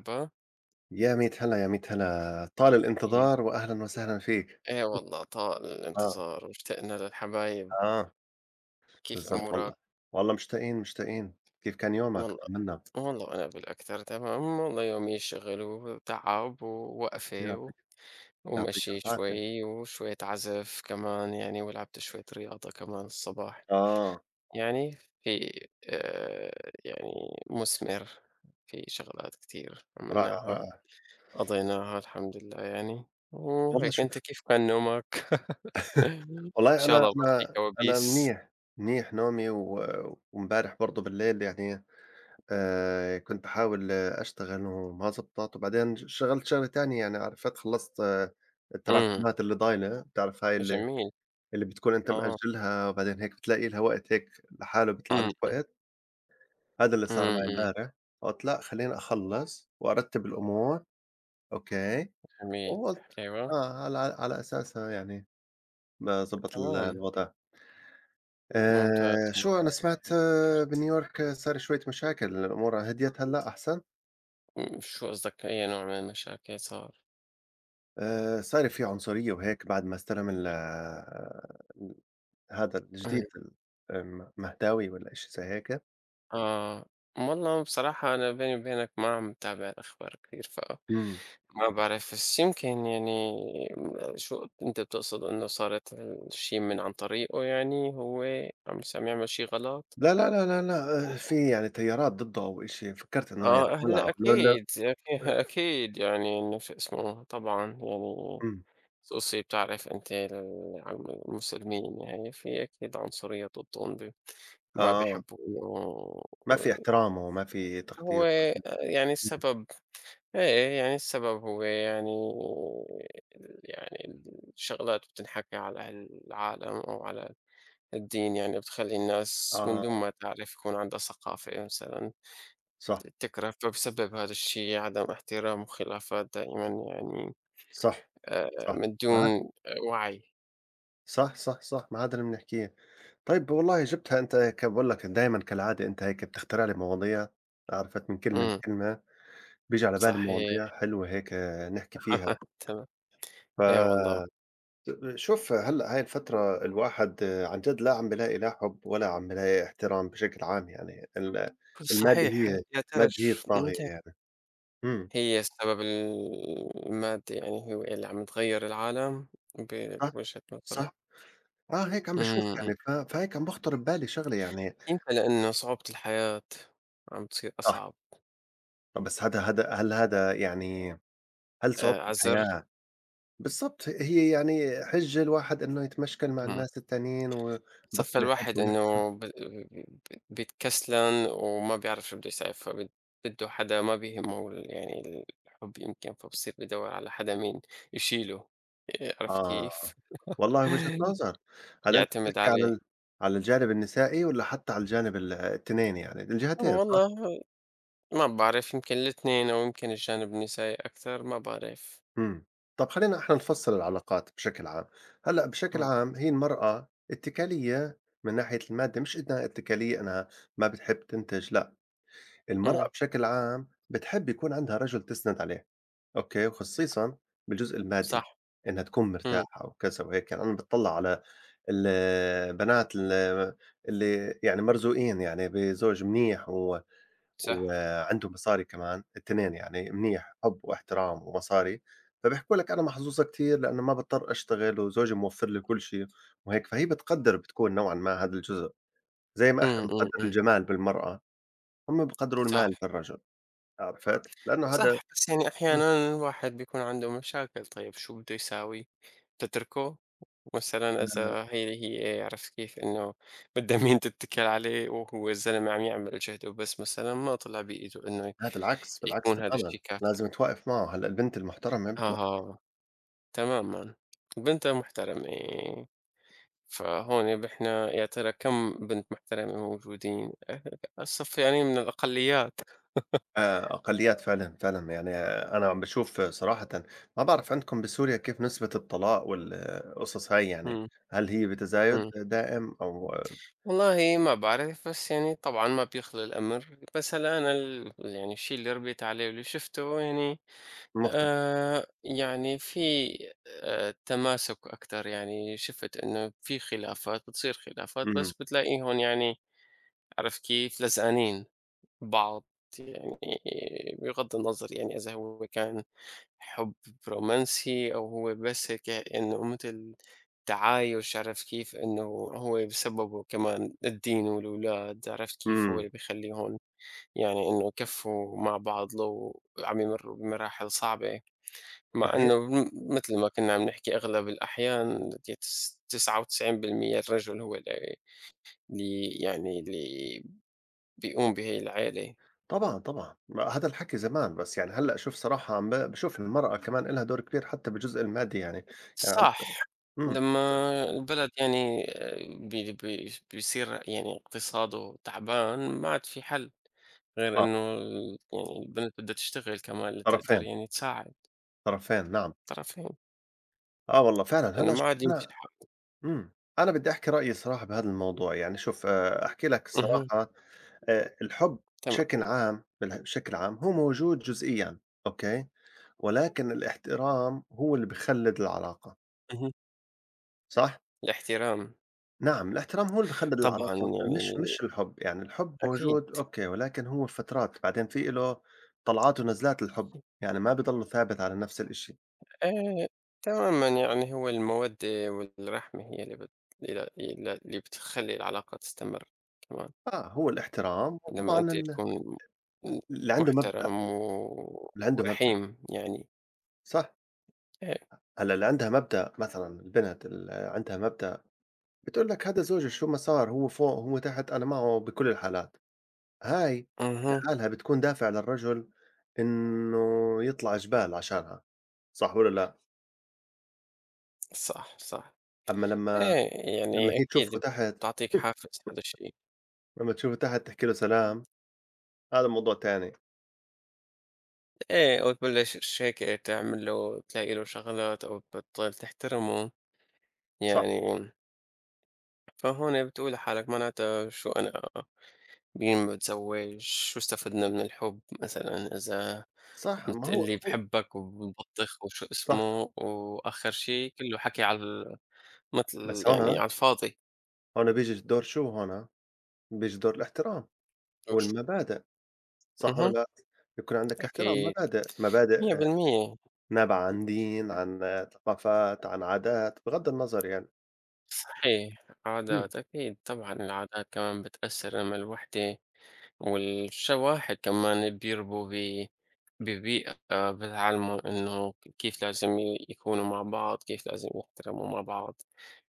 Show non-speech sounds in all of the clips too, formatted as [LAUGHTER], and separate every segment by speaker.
Speaker 1: مرحبا.
Speaker 2: يا ميت هلا، يا ميت هلا، طال
Speaker 1: يا
Speaker 2: الانتظار وأهلًا وسهلًا فيك.
Speaker 1: إيه،
Speaker 2: [LAUGHS]
Speaker 1: والله طال
Speaker 2: آه،
Speaker 1: الانتظار واشتقنا للحبايب.
Speaker 2: آه،
Speaker 1: كيف
Speaker 2: بالضبط
Speaker 1: أمورك؟
Speaker 2: والله، والله مشتاقين، مشتاقين، كيف كان يومك؟
Speaker 1: والله
Speaker 2: طمنا.
Speaker 1: والله أنا بالأكثر تمام، والله يومي شغل وتعب ووقفة
Speaker 2: يعطيك يعطيك
Speaker 1: ومشي
Speaker 2: ألف عافية.
Speaker 1: شوي وشوية عزف كمان يعني، ولعبت شوية رياضة كمان الصباح.
Speaker 2: آه،
Speaker 1: يعني في، آه يعني مثمر، في شغلات كتير
Speaker 2: رائع،
Speaker 1: عملناها
Speaker 2: رائع.
Speaker 1: قضيناها الحمد لله يعني.
Speaker 2: والله
Speaker 1: وهيك، أنت
Speaker 2: شوف،
Speaker 1: كيف كان نومك؟ [LAUGHS] إن
Speaker 2: والله
Speaker 1: شاء
Speaker 2: أنا
Speaker 1: الله ما في
Speaker 2: أنا أنا
Speaker 1: كوابيس.
Speaker 2: منيح، منيح نومي وإمبارح برضه بالليل يعني. كنت باحاول أشتغل وما زبطت، وبعدين اشتغلت شغلة تانية يعني عرفت، خلّصت
Speaker 1: إمم.
Speaker 2: التراكمات اللي ضايلة، بتعرف هاي
Speaker 1: جميل.
Speaker 2: اللي بتكون أنت
Speaker 1: آه.
Speaker 2: مأجّلها وبعدين هيك بتلاقي لها وقت، هيك لحاله بيطلع
Speaker 1: إمم،
Speaker 2: عندك
Speaker 1: إمم،
Speaker 2: وقت، هذا اللي صار
Speaker 1: إمم،
Speaker 2: معي
Speaker 1: إمم.
Speaker 2: امبارح، قُلت لأ خلّيني أخلّص وأرتّب الأمور، أوكي،
Speaker 1: جميل.
Speaker 2: وقُلت
Speaker 1: أيوه.
Speaker 2: على أساسها يعني باضبّط ال
Speaker 1: تمام.
Speaker 2: الوضع.
Speaker 1: ممتاز،
Speaker 2: شو أنا
Speaker 1: ممتاز،
Speaker 2: سمعت،
Speaker 1: حلو.
Speaker 2: بنيويورك صار شوية مشاكل، الأمور هديت هلّأ أحسن؟
Speaker 1: إمم، شو قصدك، أي نوع من المشاكل صار؟
Speaker 2: صاير في عنصرية وهيك بعد ما استلم ال آه، هذا
Speaker 1: إمم.
Speaker 2: الجديد، ال م مهداوي والّا إشي زي هيك.
Speaker 1: آه. والله بصراحة أنا بيني وبينك ما عم باتابع الأخبار كتير،
Speaker 2: إمم.
Speaker 1: فما بعرف، بس يمكن يعني شو أنت بتقصد؟ إنه صارت الشي من عن طريقه، يعني هو عم يعمل شي غلط؟
Speaker 2: لا، لا، لا، لا، لا، في يعني تيارات ضده أو إشي، فكّرت إنه يعني
Speaker 1: آه، هلأ
Speaker 2: ولعوا لو.
Speaker 1: أكيد، [LAUGHS] أكيد، يعني إنه شو اسمه، طبعًا يعني
Speaker 2: إمم،
Speaker 1: خصوصي بتعرف أنت ال عم، المسلمين يعني في أكيد عنصرية ضدهم، ب ما
Speaker 2: آه،
Speaker 1: بيحبوا إنه
Speaker 2: ما في احترام وما في
Speaker 1: هو.
Speaker 2: تقدير،
Speaker 1: يعني
Speaker 2: إمم،
Speaker 1: السبب، إيه، يعني السبب هو يعني، يعني الشغلات بتنحكى على العالم أو على الدين، يعني بتخلّي الناس من دون
Speaker 2: آه،
Speaker 1: ما تعرف يكون عندها ثقافة مثلًا.
Speaker 2: صح،
Speaker 1: التكرار، فبسبب هذا الشيء عدم احترام وخلافات دائمًا يعني.
Speaker 2: صح،
Speaker 1: آآ
Speaker 2: صح،
Speaker 1: من
Speaker 2: ما عاد
Speaker 1: دون وعي.
Speaker 2: صح، صح، صح، ما عاد اللي بنحكيه. طيب والله جبتها أنت، هيك باقول لك دايمًا كالعادة، أنت هيك بتخترع لي مواضيع، عرفت، من كلمة
Speaker 1: إمم.
Speaker 2: لكلمة بييجي على بالي
Speaker 1: صحيح.
Speaker 2: مواضيع حلوة، هيك نحكي فيها.
Speaker 1: [LAUGHS] تمام. أي والله.
Speaker 2: ف شوف هلأ هاي الفترة الواحد عن جد لا عم بيلاقي لا حُب ولا عم بيلاقي احترام بشكل عام يعني، المادة
Speaker 1: صحيح.
Speaker 2: هي
Speaker 1: يا ترى
Speaker 2: المادة هي
Speaker 1: ش
Speaker 2: الطاغية
Speaker 1: متى،
Speaker 2: يعني. إمم،
Speaker 1: هي السبب ال المادي، يعني هو اللي عم تغيّر العالم ب
Speaker 2: صح،
Speaker 1: بوجهة نظرك؟
Speaker 2: صح، آه هيك عم
Speaker 1: إمم،
Speaker 2: باشوف
Speaker 1: إمم.
Speaker 2: يعني، فهيك عم باخطر ببالي شغلة يعني.
Speaker 1: يمكن لإنه صعوبة الحياة عم تصير
Speaker 2: صح،
Speaker 1: أصعب.
Speaker 2: بس هذا هذا هل هذا يعني، هل صعوبة
Speaker 1: عَزَر؟
Speaker 2: الحياة؟ بالضبط، هي يعني حِجة الواحد إنه يتمشكل مع
Speaker 1: إمم.
Speaker 2: الناس التانيين
Speaker 1: صفّى
Speaker 2: ويبطّل يحب
Speaker 1: الواحد إنه ب ب بيتكسلان وما بيعرف شو بده يسوي، بده حدا ما بيهمه ال، يعني الحب يمكن، فبصير بيدوّر على حدا مين يشيله. عرفت
Speaker 2: آه،
Speaker 1: كيف؟
Speaker 2: والله وجهة
Speaker 1: [LAUGHS]
Speaker 2: نظر. هل أنت
Speaker 1: يعتمد
Speaker 2: بتحكي على
Speaker 1: عليه.
Speaker 2: على الجانب النسائي والّا حتى على الجانب التنين يعني؟ الجهتين
Speaker 1: والله
Speaker 2: صح؟
Speaker 1: ما بعرف، يمكن الاتنين أو يمكن الجانب النسائي أكثر، ما بعرف.
Speaker 2: إمم. طب خلّينا إحنا نفصّل العلاقات بشكل عام. هلأ بشكل
Speaker 1: إمم،
Speaker 2: عام هي المرأة اتّكالية من ناحية المادة، مش إنها اتّكالية إنها ما بتحب تنتج، لأ، المرأة
Speaker 1: إمم.
Speaker 2: بشكل عام بتحب يكون عندها رجل تسند عليه، أوكي، وخصيصا بالجزء المادي،
Speaker 1: صح.
Speaker 2: إنها تكون
Speaker 1: إمم.
Speaker 2: مرتاحة وكذا وهيك. يعني أنا بتطلع على البنات اللي اللي يعني مرزوقين يعني بزوج منيح و...
Speaker 1: صح.
Speaker 2: وعنده مصاري كمان، التنين يعني منيح، حب واحترام ومصاري، فبيحكوا لك انا محظوظه كثير لانه ما بضطر اشتغل وزوجي موفر لي كل شيء. وهيك فهي بتقدر، بتكون نوعا ما، هذا الجزء زي ما احنا
Speaker 1: إمم، إمم،
Speaker 2: بنقدر
Speaker 1: إمم.
Speaker 2: الجمال بالمراه، هم بقدروا
Speaker 1: صح،
Speaker 2: المال بالرجل، عارفاه، لأنه هذا.
Speaker 1: صح، بس يعني
Speaker 2: إمم.
Speaker 1: أحيانًا الواحد بيكون عنده مشاكل، طيب شو بده يساوي؟ تتركه؟ مثلًا
Speaker 2: أنا
Speaker 1: إذا هي عرفت كيف، إنه بدها مين تتّكل عليه وهو الزلمة عم يعمل جهده، بس مثلًا ما طلع بإيده إنه
Speaker 2: لا، بالعكس، بالعكس
Speaker 1: يكون هذا الشي
Speaker 2: تمامًا،
Speaker 1: كافي.
Speaker 2: لازم توقّف معه، هلأ البنت المحترمة يعني بتوقّف.
Speaker 1: أها. تمامًا. بنتها محترمة. فهون نحن يا ترى كم بنت محترمة موجودين؟ أه، الصف يعني من الأقليات.
Speaker 2: أقليات فعلًا، فعلًا، يعني آه، أنا عم باشوف صراحةً، ما بعرف عندكم بسوريا كيف نسبة الطلاق والقصص هاي يعني،
Speaker 1: إمم،
Speaker 2: هل هي بتزايد
Speaker 1: إمم.
Speaker 2: دائم أو
Speaker 1: والله ما بعرف، بس يعني طبعًا ما بيخلى الأمر، بس هلأ أنا ال يعني الشي اللي ربيت عليه واللي شفته يعني،
Speaker 2: مختلف؟
Speaker 1: يعني في، تماسك أكتر، يعني شُفت إنه في خلافات بتصير خلافات، بس
Speaker 2: إمم،
Speaker 1: بتلاقيهم يعني عرفت كيف، لزقانين ببعض، يعني بغض النظر يعني إذا هو كان حُب رومانسي أو هو بس هيك إنه مثل تعايش، عرفت كيف، إنه هو بسببه كمان الدين والولاد، عرفت كيف، هو
Speaker 2: إمم،
Speaker 1: اللي بيخلّيهم يعني إنه يكفّوا مع بعض لو عم يمرّوا بمراحل صعبة. مع
Speaker 2: صحيح،
Speaker 1: إنه م، مثل ما كنا عم نحكي أغلب الأحيان تس 99% الرجل هو اللي، اللي يعني اللي بيقوم بهي العيلة.
Speaker 2: طبعًا، طبعًا، ما هذا الحكي زمان، بس يعني هلأ شوف صراحة، عم باشوف المرأة كمان إلها دور كبير حتى بالجزء المادي يعني، يعني عم-.
Speaker 1: صح.
Speaker 2: إمم،
Speaker 1: لمّا البلد يعني آه، بي بي بيصير يعني اقتصاده تعبان، ما عاد في حل غير
Speaker 2: آه،
Speaker 1: إنه ال يعني البنت بدها تشتغل كمان لتقدر
Speaker 2: طرفين،
Speaker 1: يعني تساعد
Speaker 2: طرفين، نعم.
Speaker 1: الطرفين،
Speaker 2: آه والله فعلًا.
Speaker 1: لإنه
Speaker 2: هلأ
Speaker 1: ما
Speaker 2: شوف،
Speaker 1: عاد يمشي الحال.
Speaker 2: إمم، أنا بدّي أحكي رأيي الصراحة بهذا الموضوع، يعني شوف، أحكي لك
Speaker 1: اهم.
Speaker 2: الصراحة، الحُب
Speaker 1: تمام.
Speaker 2: بشكل عام، بشكل عام هو موجود جزئيًا، أوكي، ولكن الاحترام هو اللي بيخلّد العلاقة،
Speaker 1: اهم.
Speaker 2: صح؟
Speaker 1: الاحترام.
Speaker 2: نعم، الاحترام هو اللي بيخلّد
Speaker 1: طبعًا
Speaker 2: العلاقة، مش
Speaker 1: يعني
Speaker 2: مش الحُب، يعني الحُب
Speaker 1: أكيد.
Speaker 2: موجود أوكي، ولكن هو فترات، بعدين في له طلعات ونزلات الحُب، يعني ما بيضلّه ثابت على نفس الإشي.
Speaker 1: آآ تمامًا، يعني هو المَوَدّة والرحمة هي اللي بت، إلى إلى اللي بتخلّي العلاقة تستمر كمان،
Speaker 2: آه، هو الاحترام
Speaker 1: لمّا
Speaker 2: وطبعًا
Speaker 1: أنت تكون م
Speaker 2: اللي عنده مبدأ
Speaker 1: محترم
Speaker 2: اللي عنده مبدأ،
Speaker 1: ورحيم يعني.
Speaker 2: صح.
Speaker 1: إيه.
Speaker 2: هلأ اللي عندها مبدأ، مثلًا البنت اللي عندها مبدأ، بتقول لك هذا زوجي شو ما صار، هو فوق هو تحت أنا معه بكل الحالات، هاي
Speaker 1: اهم.
Speaker 2: لحالها بتكون دافع للرجل إنه يطلع جبال عشانها، صح والّا لأ؟
Speaker 1: صح، صح.
Speaker 2: أمّا
Speaker 1: إيه،
Speaker 2: لمّا
Speaker 1: يعني
Speaker 2: هي تشوفه
Speaker 1: أكيد
Speaker 2: تحت
Speaker 1: بتعطيك حافز هذا الشيء.
Speaker 2: لمّا تشوفه تحت تحكي له سلام، هذا موضوع تاني،
Speaker 1: إيه، وتبلّش هيك تعمل له تلاقي له شغلات أو بتضل تحترمه،
Speaker 2: صح،
Speaker 1: يعني فهون بتقول لحالك معناتها شو أنا مين ما اتزوّجش، واستفدنا من الحب مثلًا إذا
Speaker 2: صح ما
Speaker 1: قُلت
Speaker 2: هو،
Speaker 1: لي
Speaker 2: هو
Speaker 1: باحبك وبطّخ وشو
Speaker 2: صح، صح.
Speaker 1: اسمه، وآخر شي كلّه حكي على ال، متل
Speaker 2: بس هُنا
Speaker 1: يعني على الفاضي.
Speaker 2: هُنا بييجي دور، شو هُنا؟ بييجي دور الاحترام والمبادئ، صح والّا
Speaker 1: اهم.
Speaker 2: لأ؟ يكون عندك احترام،
Speaker 1: أكيد
Speaker 2: مبادئ، مبادئ
Speaker 1: 100%.
Speaker 2: نبع عن دين، عن ثقافات، عن عادات، بغض النظر يعني.
Speaker 1: صحيح،
Speaker 2: إمم،
Speaker 1: عادات أكيد طبعًا العادات كمان بتأثّر لمّا الوحدة والشواحن كمان بيربوا ببيئة، آه، بتعلموا إنه كيف لازم يكونوا مع بعض، كيف لازم يحترموا مع بعض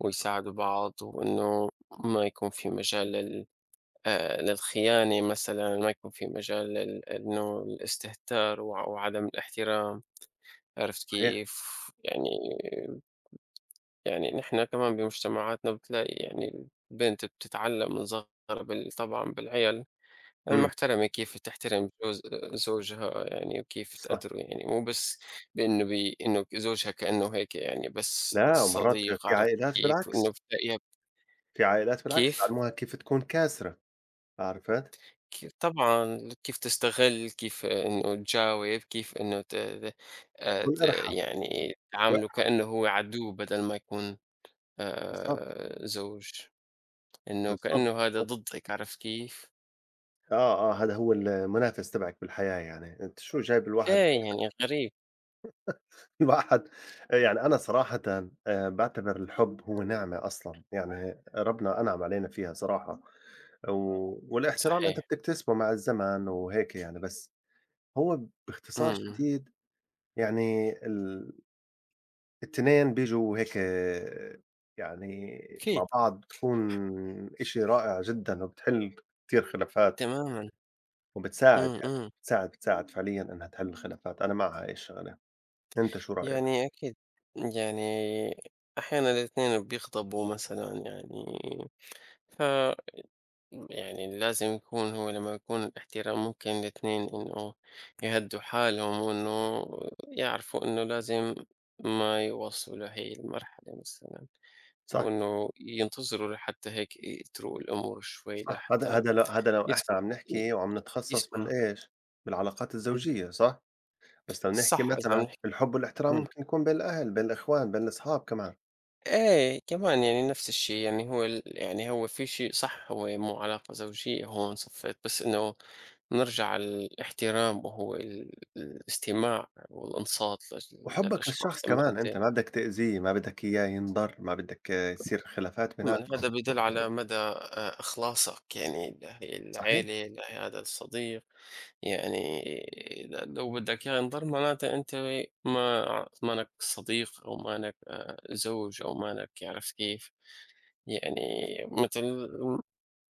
Speaker 1: ويساعدوا بعض، وإنه ما يكون في مجال لل، آه، للخيانة مثلا، ما يكون في مجال لل، إنه الاستهتار وعدم الاحترام، عرفت
Speaker 2: صحيح،
Speaker 1: كيف يعني. يعني نحن كمان بمجتمعاتنا بتلاقي يعني البنت بتتعلم من صغرها بال، طبعا بالعيال
Speaker 2: إمم،
Speaker 1: المحترمة، كيف تحترم زوجها يعني وكيف
Speaker 2: صح،
Speaker 1: تقدره، يعني مو بس بإنه بي، إنه زوجها كأنه هيك يعني بس
Speaker 2: لا، ومرات
Speaker 1: صديق،
Speaker 2: في
Speaker 1: عرفت
Speaker 2: عائلات
Speaker 1: كيف، وإنه
Speaker 2: بالعكس،
Speaker 1: بتلاقيها.
Speaker 2: في عائلات بالعكس
Speaker 1: كيف؟
Speaker 2: بيعلموها كيف تكون كاسرة، عرفت؟
Speaker 1: كيف طبعًا كيف تستغل، كيف إنه تجاوب، كيف إنه ت ت ت
Speaker 2: كن أرحب
Speaker 1: يعني تعامله
Speaker 2: وأرحب،
Speaker 1: كأنه هو عدو بدل ما يكون
Speaker 2: بالضبط،
Speaker 1: زوج. إنه
Speaker 2: بالضبط،
Speaker 1: كأنه هذا
Speaker 2: بالضبط،
Speaker 1: ضدك، عرفت كيف؟
Speaker 2: آه، آه، هذا هو المنافس تبعك بالحياة يعني، أنت شو جايب الواحد.
Speaker 1: إيه
Speaker 2: [LAUGHS]
Speaker 1: يعني غريب.
Speaker 2: الواحد، يعني أنا صراحةً، باعتبر الحب هو نعمة أصلًا، يعني ربنا أنعم علينا فيها صراحة، و والاحترام أنت
Speaker 1: صحيح.
Speaker 2: بتكتسبه مع الزمن وهيك يعني، بس هو
Speaker 1: إمم،
Speaker 2: باختصار
Speaker 1: إمم.
Speaker 2: شديد، يعني التنين بييجوا هيك يعني
Speaker 1: أكيد.
Speaker 2: مع بعض، بتكون إشي رائع جدًا، وبتحل كتير خلافات،
Speaker 1: تمامًا.
Speaker 2: وبتساعد
Speaker 1: إمم،
Speaker 2: يعني
Speaker 1: إمم.
Speaker 2: بتساعد فعليًا إنها تحل الخلافات، أنا مع هاي الشغلة، أنت شو رأيك؟
Speaker 1: يعني أكيد، يعني أحيانًا الاتنين بيغضبوا مثلًا يعني، ف يعني لازم يكون هو لمّا يكون الاحترام ممكن الاتنين إنه يهدّوا حالهم، وإنه يعرفوا إنه لازم ما يوصلوا لهي المرحلة مثلًا،
Speaker 2: صح،
Speaker 1: وإنه ينتظروا لحتى هيك يترُوق الأمور شوي
Speaker 2: صح، هذا
Speaker 1: لحتى
Speaker 2: هذا لو هذا لو إحنا
Speaker 1: يسمع،
Speaker 2: عم
Speaker 1: ي
Speaker 2: نحكي وعم نتخصص
Speaker 1: يسمع.
Speaker 2: بالإيش، بالعلاقات
Speaker 1: إمم.
Speaker 2: الزوجية صح؟ بس لو نحكي
Speaker 1: صح إذا عم
Speaker 2: مثلًا
Speaker 1: نحكي.
Speaker 2: الحب والاحترام
Speaker 1: إمم.
Speaker 2: ممكن يكون بين الأهل، بين الإخوان، بين الأصحاب كمان.
Speaker 1: إيه كمان يعني نفس الشيء، يعني هو ال يعني هو في شيء صح، هو مو علاقة زوجية هون صفيت، بس إنه نرجع على الاحترام، وهو ال الاستماع والإنصات لج
Speaker 2: وحُبّك
Speaker 1: للأشخاص،
Speaker 2: للشخص
Speaker 1: لمّا
Speaker 2: كمان
Speaker 1: أنت،
Speaker 2: أنت ما بدك تأذيه، ما بدك إياه ينضر، ما بدك يصير خلافات بيناتكم،
Speaker 1: هذا بيدل على [LAUGHS] مدى إخلاصك يعني لهي
Speaker 2: صحيح؟
Speaker 1: العيلة، لهذا الصديق، يعني لو بدك إياه ينضر معناته أنت ما، مانك صديق أو مانك زوج أو مانك، عرفت كيف؟ يعني مثل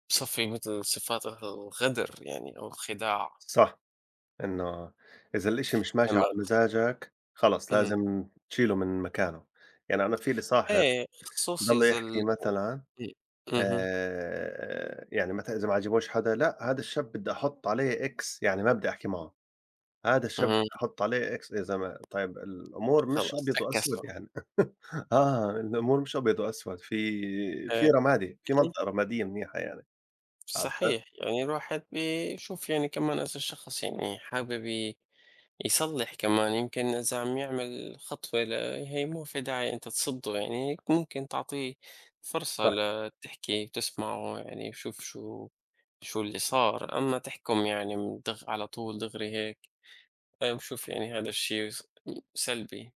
Speaker 1: بصفّي مثل صفات الغدر يعني أو الخداع.
Speaker 2: صح، إنه إذا الإشي مش ماشي على
Speaker 1: أما،
Speaker 2: مزاجك، خلص
Speaker 1: إمم.
Speaker 2: لازم تشيله من مكانه. يعني أنا في لي صاحب
Speaker 1: إيه، خصوصي
Speaker 2: بضل
Speaker 1: إذا
Speaker 2: يحكي
Speaker 1: ال،
Speaker 2: مثلًا،
Speaker 1: إمم. اهم،
Speaker 2: يعني مثلًا إذا ما عجبوش حدا، لأ هذا الشاب بدي أحُط عليه X يعني ما بدي أحكي معه، هذا الشاب بدي
Speaker 1: اهم.
Speaker 2: أحُط عليه X، يا زلمة، طيب الأمور مش
Speaker 1: خلاص
Speaker 2: أبيض
Speaker 1: عكّسوا.
Speaker 2: وأسود يعني. آه، الأمور مش أبيض وأسود، في
Speaker 1: إيه.
Speaker 2: رمادي، في
Speaker 1: اهم.
Speaker 2: منطقة رمادية منيحة يعني، عرفت؟
Speaker 1: صحيح. يعني الواحد بيشوف يعني كمان إذا الشخص يعني حابب يصلّح كمان يمكن إذا عم يعمل خطوة ل، هي مو في داعي أنت تصُدّه يعني، ممكن تعطيه فرصة
Speaker 2: صح،
Speaker 1: لتحكي وتسمعه يعني وشوف شو، شو اللي صار، أمّا تحكُم يعني من دغ على طول دغري هيك، أنا باشوف يعني هذا الشيء سلبي،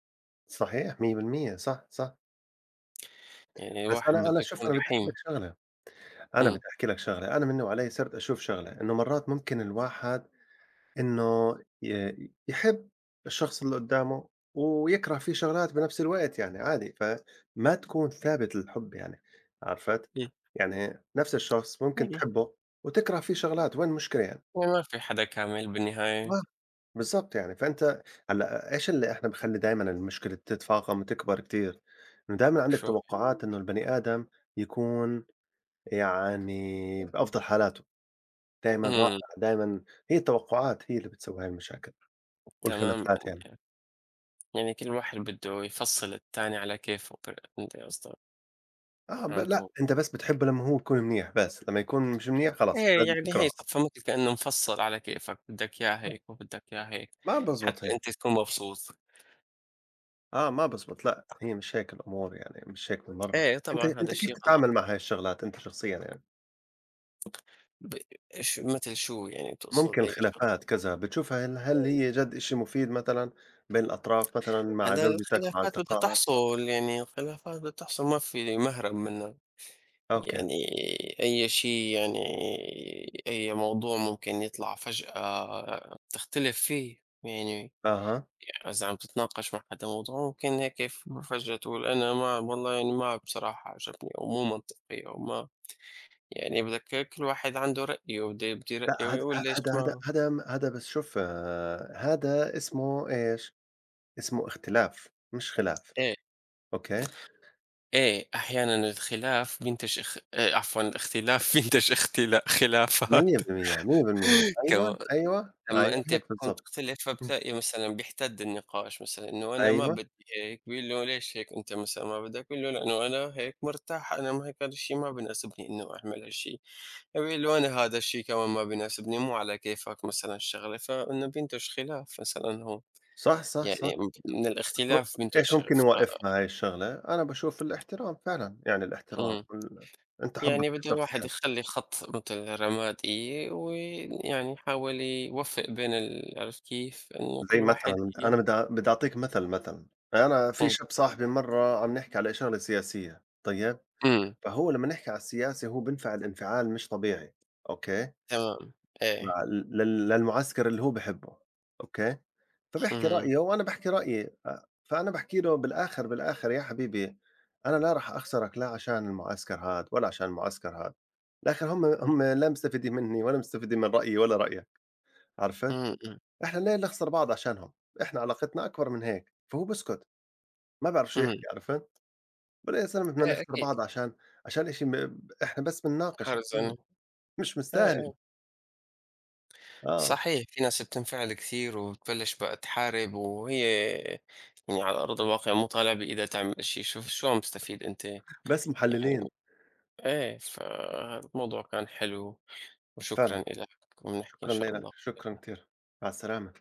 Speaker 2: صحيح، 100% صح، صح.
Speaker 1: يعني
Speaker 2: بس
Speaker 1: الواحد
Speaker 2: أنا
Speaker 1: بده
Speaker 2: أنا شوف،
Speaker 1: يكون
Speaker 2: أنا بدي أحكي لك
Speaker 1: رحيم.
Speaker 2: شغلة، أنا بدي
Speaker 1: إمم،
Speaker 2: أحكي لك شغلة، أنا مني وعلي صرت أشوف شغلة، إنه مرات ممكن الواحد إنه يحب الشخص اللي قدّامه ويكره فيه شغلات بنفس الوقت، يعني عادي، فما تكون ثابت الحُب يعني، عرفت؟
Speaker 1: إمم،
Speaker 2: يعني نفس الشخص ممكن
Speaker 1: إمم.
Speaker 2: تحبه وتكره فيه شغلات، وين المشكلة يعني؟
Speaker 1: وما في حدا كامل بالنهاية.
Speaker 2: ما بالضبط يعني، فأنت، هلأ إيش اللي إحنا بخلّي دايمًا المشكلة تتفاقم وتكبر كتير؟ إنه دايمًا عندك
Speaker 1: شو.
Speaker 2: توقعات، إنه البني آدم يكون يعني بأفضل حالاته، دايمًا رائع.
Speaker 1: إمم.
Speaker 2: دايمًا هي التوقعات هي اللي بتسوي هاي المشاكل
Speaker 1: تمامًا
Speaker 2: والخلافات يعني.
Speaker 1: يعني، يعني كل واحد بده يفصّل التاني على كيفه ط، أنت قصدك،
Speaker 2: آه،
Speaker 1: عم
Speaker 2: لأ،
Speaker 1: تقول.
Speaker 2: أنت بس بتحبه لمّا هو يكون منيح بس، لمّا يكون مش منيح خلاص
Speaker 1: إيه،
Speaker 2: لازم
Speaker 1: يعني هي
Speaker 2: تكرهه.
Speaker 1: صفّا مثل كإنه مفصّل على كيفك، بدك إياه هيك وبدك إياه هيك،
Speaker 2: ما بزبط
Speaker 1: حتى
Speaker 2: هيك،
Speaker 1: أنت تكون مبسوط.
Speaker 2: آه، ما بزبط لأ، هي مش هيك الأمور يعني، مش هيك بالمرّة.
Speaker 1: إيه
Speaker 2: أنت
Speaker 1: طبعًا هذا
Speaker 2: أنت كيف
Speaker 1: الشيء
Speaker 2: تتعامل
Speaker 1: غلط.
Speaker 2: مع هاي الشغلات أنت شخصيًا يعني؟
Speaker 1: ب، إيش مثل شو يعني تقصد
Speaker 2: ممكن
Speaker 1: أي
Speaker 2: الخلافات
Speaker 1: شغلة؟
Speaker 2: كذا، بتشوفها، هل هل إمم. هي جد إشي مفيد مثلًا بين الأطراف مثلًا مع
Speaker 1: على
Speaker 2: زوجتك، مع
Speaker 1: الخلافات بدها
Speaker 2: أصدقائك؟
Speaker 1: تحصل، يعني الخلافات بدها تحصل ما في مهرب منها،
Speaker 2: أوكي،
Speaker 1: يعني أي شيء يعني أي موضوع ممكن يطلع فجأة تختلف فيه، يعني
Speaker 2: أها،
Speaker 1: إذا عم تتناقش مع حدا موضوع، ممكن هيك فجأة تقول أنا ما والله يعني ما بصراحة عجبني أو مو منطقي أو ما، يعني بدك كل واحد عنده رأيه وبده يبدي
Speaker 2: لأ،
Speaker 1: رأيه
Speaker 2: هاد
Speaker 1: ويقول
Speaker 2: ه
Speaker 1: ليش
Speaker 2: هادا هادا
Speaker 1: ما.
Speaker 2: هادا م هادا بس، شوف هادا اسمه إيش، اسمه اختلاف مش خلاف،
Speaker 1: إيه،
Speaker 2: أوكي؟
Speaker 1: إيه أحيانًا الخلاف بينتج اخ، عفوًا الاختلاف [LAUGHS] بينتج اختلا خلافات.
Speaker 2: 100% 100% أيوه،
Speaker 1: كو،
Speaker 2: أيوه،
Speaker 1: لمّا
Speaker 2: أيوه
Speaker 1: أنت
Speaker 2: هيك
Speaker 1: بتكون
Speaker 2: بالضبط،
Speaker 1: تختلف
Speaker 2: إمم.
Speaker 1: فبتلاقي مثلًا بيحتد النقاش مثلًا إنه أنا ما
Speaker 2: أيوه،
Speaker 1: بدي هيك، بيقول له ليش هيك أنت مثلًا ما بدك؟ بيقول له لأنه أنا هيك مرتاح، أنا ما هيك هذا الشي ما بيناسبني إنه أعمل هالشي، فبيقول له أنا هذا الشي كمان ما بيناسبني، مو على كيفك مثلًا الشغلة، فإنه بينتج خلاف مثلًا هون.
Speaker 2: صح، صح،
Speaker 1: يعني
Speaker 2: صح،
Speaker 1: من
Speaker 2: بس هو
Speaker 1: الاختلاف
Speaker 2: إيش
Speaker 1: بينتج
Speaker 2: ممكن
Speaker 1: ف.
Speaker 2: يوقفنا هاي الشغلة؟ أنا باشوف الاحترام فعلًا، يعني الاحترام
Speaker 1: إمم،
Speaker 2: أنت حُبك
Speaker 1: يعني بده
Speaker 2: للشخص
Speaker 1: الواحد
Speaker 2: يعني.
Speaker 1: يخلّي خط مثل رمادي، ويعني يحاول يوفّق بين ال، عرفت كيف؟ إنه
Speaker 2: زي
Speaker 1: كل واحد
Speaker 2: مثلًا،
Speaker 1: ي.
Speaker 2: أنا بدي أ بدي أعطيك مثلًا، أنا في
Speaker 1: إمم،
Speaker 2: شاب صاحبي مرّة عم نحكي على شغلة سياسية، طيب؟
Speaker 1: إمم.
Speaker 2: فهو لمّا نحكي على السياسة هو بينفعل انفعال مش طبيعي، أوكي؟
Speaker 1: تمام.
Speaker 2: ف
Speaker 1: إيه.
Speaker 2: لل للمعسكر اللي هو بيحبه، أوكي؟ فبيحكي
Speaker 1: اهم.
Speaker 2: رأيه وأنا باحكي رأيي، فأنا باحكي له، بالآخر، بالآخر يا حبيبي، أنا لا راح أخسرك لا عشان المعسكر هاد ولا عشان المعسكر هاد، بالآخر هم
Speaker 1: إمم،
Speaker 2: هم لا مستفيدين مني ولا مستفيدين من رأيي ولا رأيك، عرفت؟
Speaker 1: إمم، إمم،
Speaker 2: إحنا ليه نخسر بعض عشانهم؟ إحنا علاقتنا أكبر من هيك، فهو بيسكت، ما بيعرف شو
Speaker 1: إمم.
Speaker 2: يحكي، عرفت؟ بقول يا زلمة بدنا
Speaker 1: إيه
Speaker 2: نخسر
Speaker 1: أكيد.
Speaker 2: بعض عشان إشي، إحنا بس بنناقش،
Speaker 1: حرِص إنه،
Speaker 2: أعطيني، مش
Speaker 1: إيه، إيه.
Speaker 2: مستاهلة، آه،
Speaker 1: صحيح، في ناس بتنفعل كثير وبتبلّش بقى تحارب، وهي يعني على أرض الواقع مو طالع بإيدها تعمل شي، شوف شو عم تستفيد أنت
Speaker 2: بس محللين،
Speaker 1: يعني. إيه، فالموضوع كان حلو، وشكرًا
Speaker 2: فعلًا،
Speaker 1: إلك، وبنحكي إن
Speaker 2: شكرًا
Speaker 1: شاء
Speaker 2: لإلك،
Speaker 1: الله.
Speaker 2: شكرًا كتير، مع السلامة.